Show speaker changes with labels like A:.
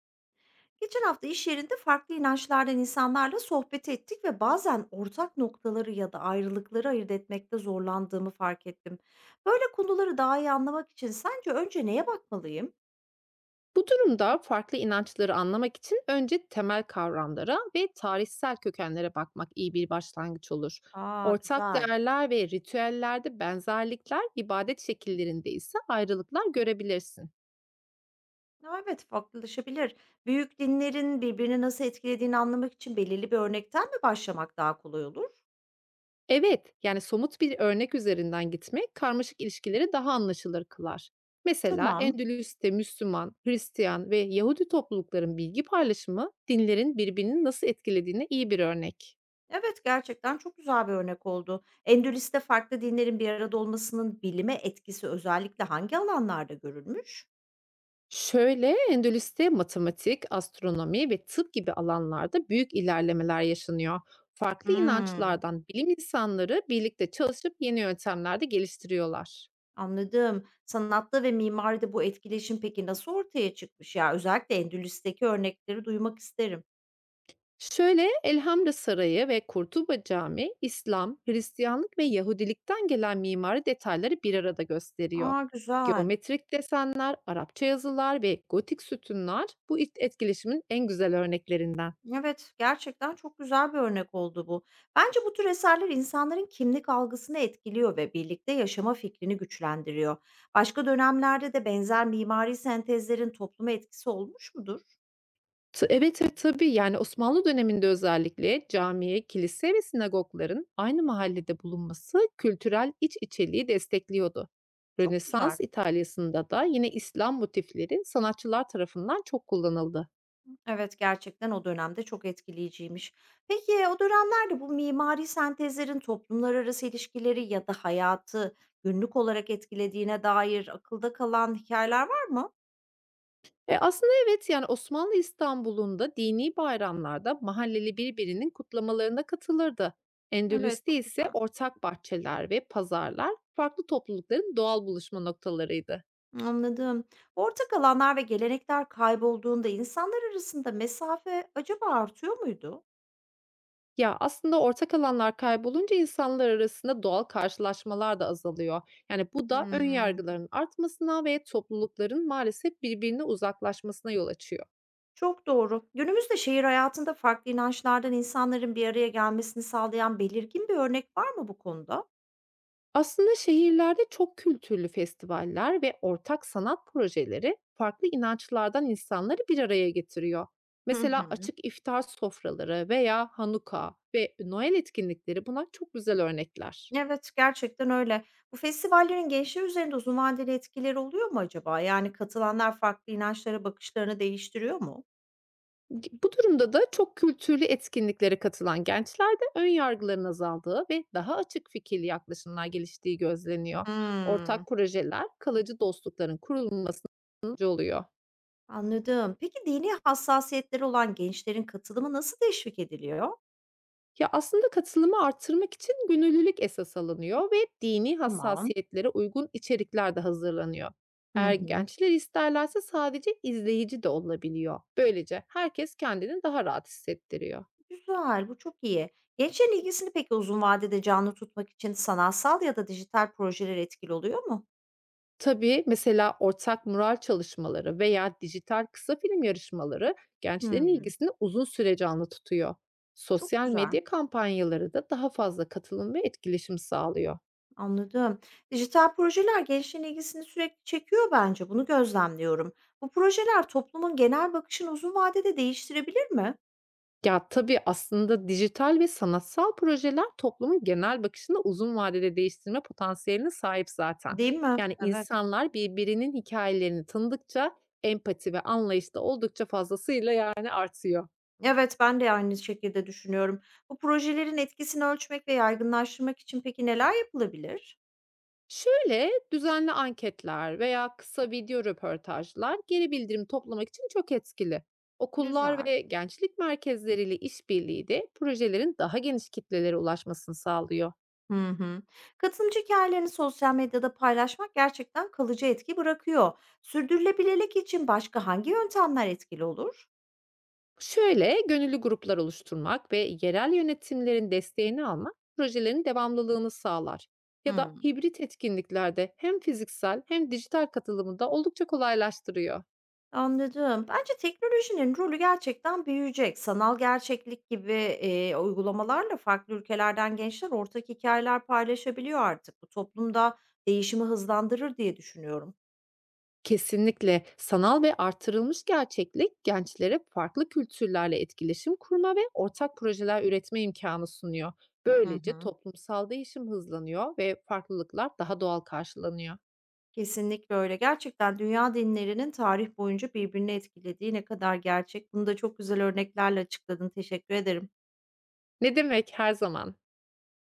A: Geçen hafta iş yerinde farklı inançlardan insanlarla sohbet ettik ve bazen ortak noktaları ya da ayrılıkları ayırt etmekte zorlandığımı fark ettim. Böyle konuları daha iyi anlamak için sence önce neye bakmalıyım?
B: Bu durumda farklı inançları anlamak için önce temel kavramlara ve tarihsel kökenlere bakmak iyi bir başlangıç olur.
A: Aa,
B: Ortak
A: güzel.
B: değerler ve ritüellerde benzerlikler, ibadet şekillerinde ise ayrılıklar görebilirsin.
A: Ya evet, farklılaşabilir. Büyük dinlerin birbirini nasıl etkilediğini anlamak için belirli bir örnekten mi başlamak daha kolay olur?
B: Evet, yani somut bir örnek üzerinden gitmek karmaşık ilişkileri daha anlaşılır kılar. Mesela
A: Tamam.
B: Endülüs'te Müslüman, Hristiyan ve Yahudi toplulukların bilgi paylaşımı dinlerin birbirini nasıl etkilediğine iyi bir örnek.
A: Evet, gerçekten çok güzel bir örnek oldu. Endülüs'te farklı dinlerin bir arada olmasının bilime etkisi özellikle hangi alanlarda görülmüş?
B: Şöyle, Endülüs'te matematik, astronomi ve tıp gibi alanlarda büyük ilerlemeler yaşanıyor. Farklı
A: Hımm,
B: inançlardan bilim insanları birlikte çalışıp yeni yöntemler de geliştiriyorlar.
A: anladım. Sanatta ve mimaride bu etkileşim peki nasıl ortaya çıkmış? Ya, özellikle Endülüs'teki örnekleri duymak isterim.
B: Şöyle Elhamra Sarayı ve Kurtuba Camii, İslam, Hristiyanlık ve Yahudilikten gelen mimari detayları bir arada gösteriyor.
A: A, güzel.
B: Geometrik desenler, Arapça yazılar ve gotik sütunlar bu etkileşimin en güzel örneklerinden.
A: Evet, gerçekten çok güzel bir örnek oldu bu. Bence bu tür eserler insanların kimlik algısını etkiliyor ve birlikte yaşama fikrini güçlendiriyor. Başka dönemlerde de benzer mimari sentezlerin topluma etkisi olmuş mudur?
B: Evet, evet, tabii. Yani, Osmanlı döneminde özellikle camiye, kilise ve sinagogların aynı mahallede bulunması kültürel iç içeliği destekliyordu.
A: Çok güzel.
B: Rönesans İtalya'sında da yine İslam motifleri sanatçılar tarafından çok kullanıldı.
A: Evet, gerçekten o dönemde çok etkileyiciymiş. Peki, o dönemlerde bu mimari sentezlerin toplumlar arası ilişkileri ya da hayatı günlük olarak etkilediğine dair akılda kalan hikayeler var mı?
B: Aslında evet, yani, Osmanlı İstanbul'unda dini bayramlarda mahalleli birbirinin kutlamalarına katılırdı.
A: Evet,
B: Endülüs'te
A: çok
B: ise
A: güzel.
B: ortak bahçeler ve pazarlar farklı toplulukların doğal buluşma noktalarıydı.
A: Anladım. Ortak alanlar ve gelenekler kaybolduğunda insanlar arasında mesafe acaba artıyor muydu?
B: Ya, aslında ortak alanlar kaybolunca insanlar arasında doğal karşılaşmalar da azalıyor. Yani bu da ön
A: Hımm.
B: yargıların artmasına ve toplulukların maalesef birbirine uzaklaşmasına yol açıyor.
A: Çok doğru. Günümüzde şehir hayatında farklı inançlardan insanların bir araya gelmesini sağlayan belirgin bir örnek var mı bu konuda?
B: Aslında şehirlerde çok kültürlü festivaller ve ortak sanat projeleri farklı inançlardan insanları bir araya getiriyor.
A: Hı
B: Mesela
A: hı.
B: açık iftar sofraları veya Hanuka ve Noel etkinlikleri buna çok güzel örnekler.
A: Evet, gerçekten öyle. Bu festivallerin gençler üzerinde uzun vadeli etkileri oluyor mu acaba? Yani katılanlar farklı inançlara bakışlarını değiştiriyor mu?
B: Bu durumda da çok kültürlü etkinliklere katılan gençlerde ön yargıların azaldığı ve daha açık fikirli yaklaşımlar geliştiği gözleniyor.
A: Hmm.
B: Ortak projeler kalıcı dostlukların kurulmasına yardımcı oluyor.
A: Anladım. Peki dini hassasiyetleri olan gençlerin katılımı nasıl teşvik ediliyor?
B: Ya aslında katılımı artırmak için gönüllülük esas alınıyor ve dini
A: Tamam.
B: hassasiyetlere uygun içerikler de hazırlanıyor.
A: Hı
B: Eğer
A: hı.
B: gençler isterlerse sadece izleyici de olabiliyor. Böylece herkes kendini daha rahat hissettiriyor.
A: Güzel, bu çok iyi. Gençlerin ilgisini peki uzun vadede canlı tutmak için sanatsal ya da dijital projeler etkili oluyor mu?
B: Tabii, mesela ortak mural çalışmaları veya dijital kısa film yarışmaları gençlerin
A: Hmm,
B: ilgisini uzun süre canlı tutuyor.
A: çok
B: Sosyal
A: güzel.
B: medya kampanyaları da daha fazla katılım ve etkileşim sağlıyor.
A: Anladım. Dijital projeler gençlerin ilgisini sürekli çekiyor bence. Bunu gözlemliyorum. Bu projeler toplumun genel bakışını uzun vadede değiştirebilir mi?
B: Ya tabii aslında dijital ve sanatsal projeler toplumun genel bakışını uzun vadede değiştirme potansiyeline sahip zaten.
A: Değil mi?
B: Yani
A: Evet.
B: insanlar birbirinin hikayelerini tanıdıkça empati ve anlayış da oldukça fazlasıyla yani artıyor.
A: Evet, ben de aynı şekilde düşünüyorum. Bu projelerin etkisini ölçmek ve yaygınlaştırmak için peki neler yapılabilir?
B: Şöyle, düzenli anketler veya kısa video röportajlar geri bildirim toplamak için çok etkili. Okullar
A: Güzel.
B: ve gençlik merkezleriyle işbirliği de projelerin daha geniş kitlelere ulaşmasını sağlıyor.
A: Hı hı. Katılımcı hikayelerini sosyal medyada paylaşmak gerçekten kalıcı etki bırakıyor. Sürdürülebilirlik için başka hangi yöntemler etkili olur?
B: Şöyle, gönüllü gruplar oluşturmak ve yerel yönetimlerin desteğini almak projelerin devamlılığını sağlar. Ya da
A: Hı.
B: hibrit etkinliklerde hem fiziksel hem dijital katılımı da oldukça kolaylaştırıyor.
A: Anladım. Bence teknolojinin rolü gerçekten büyüyecek. Sanal gerçeklik gibi, uygulamalarla farklı ülkelerden gençler ortak hikayeler paylaşabiliyor artık. Bu toplumda değişimi hızlandırır diye düşünüyorum.
B: Kesinlikle sanal ve artırılmış gerçeklik gençlere farklı kültürlerle etkileşim kurma ve ortak projeler üretme imkanı sunuyor.
A: Hı
B: Böylece
A: hı.
B: toplumsal değişim hızlanıyor ve farklılıklar daha doğal karşılanıyor.
A: Kesinlikle öyle. Gerçekten dünya dinlerinin tarih boyunca birbirini etkilediği ne kadar gerçek. Bunu da çok güzel örneklerle açıkladın. Teşekkür ederim.
B: Ne demek, her zaman?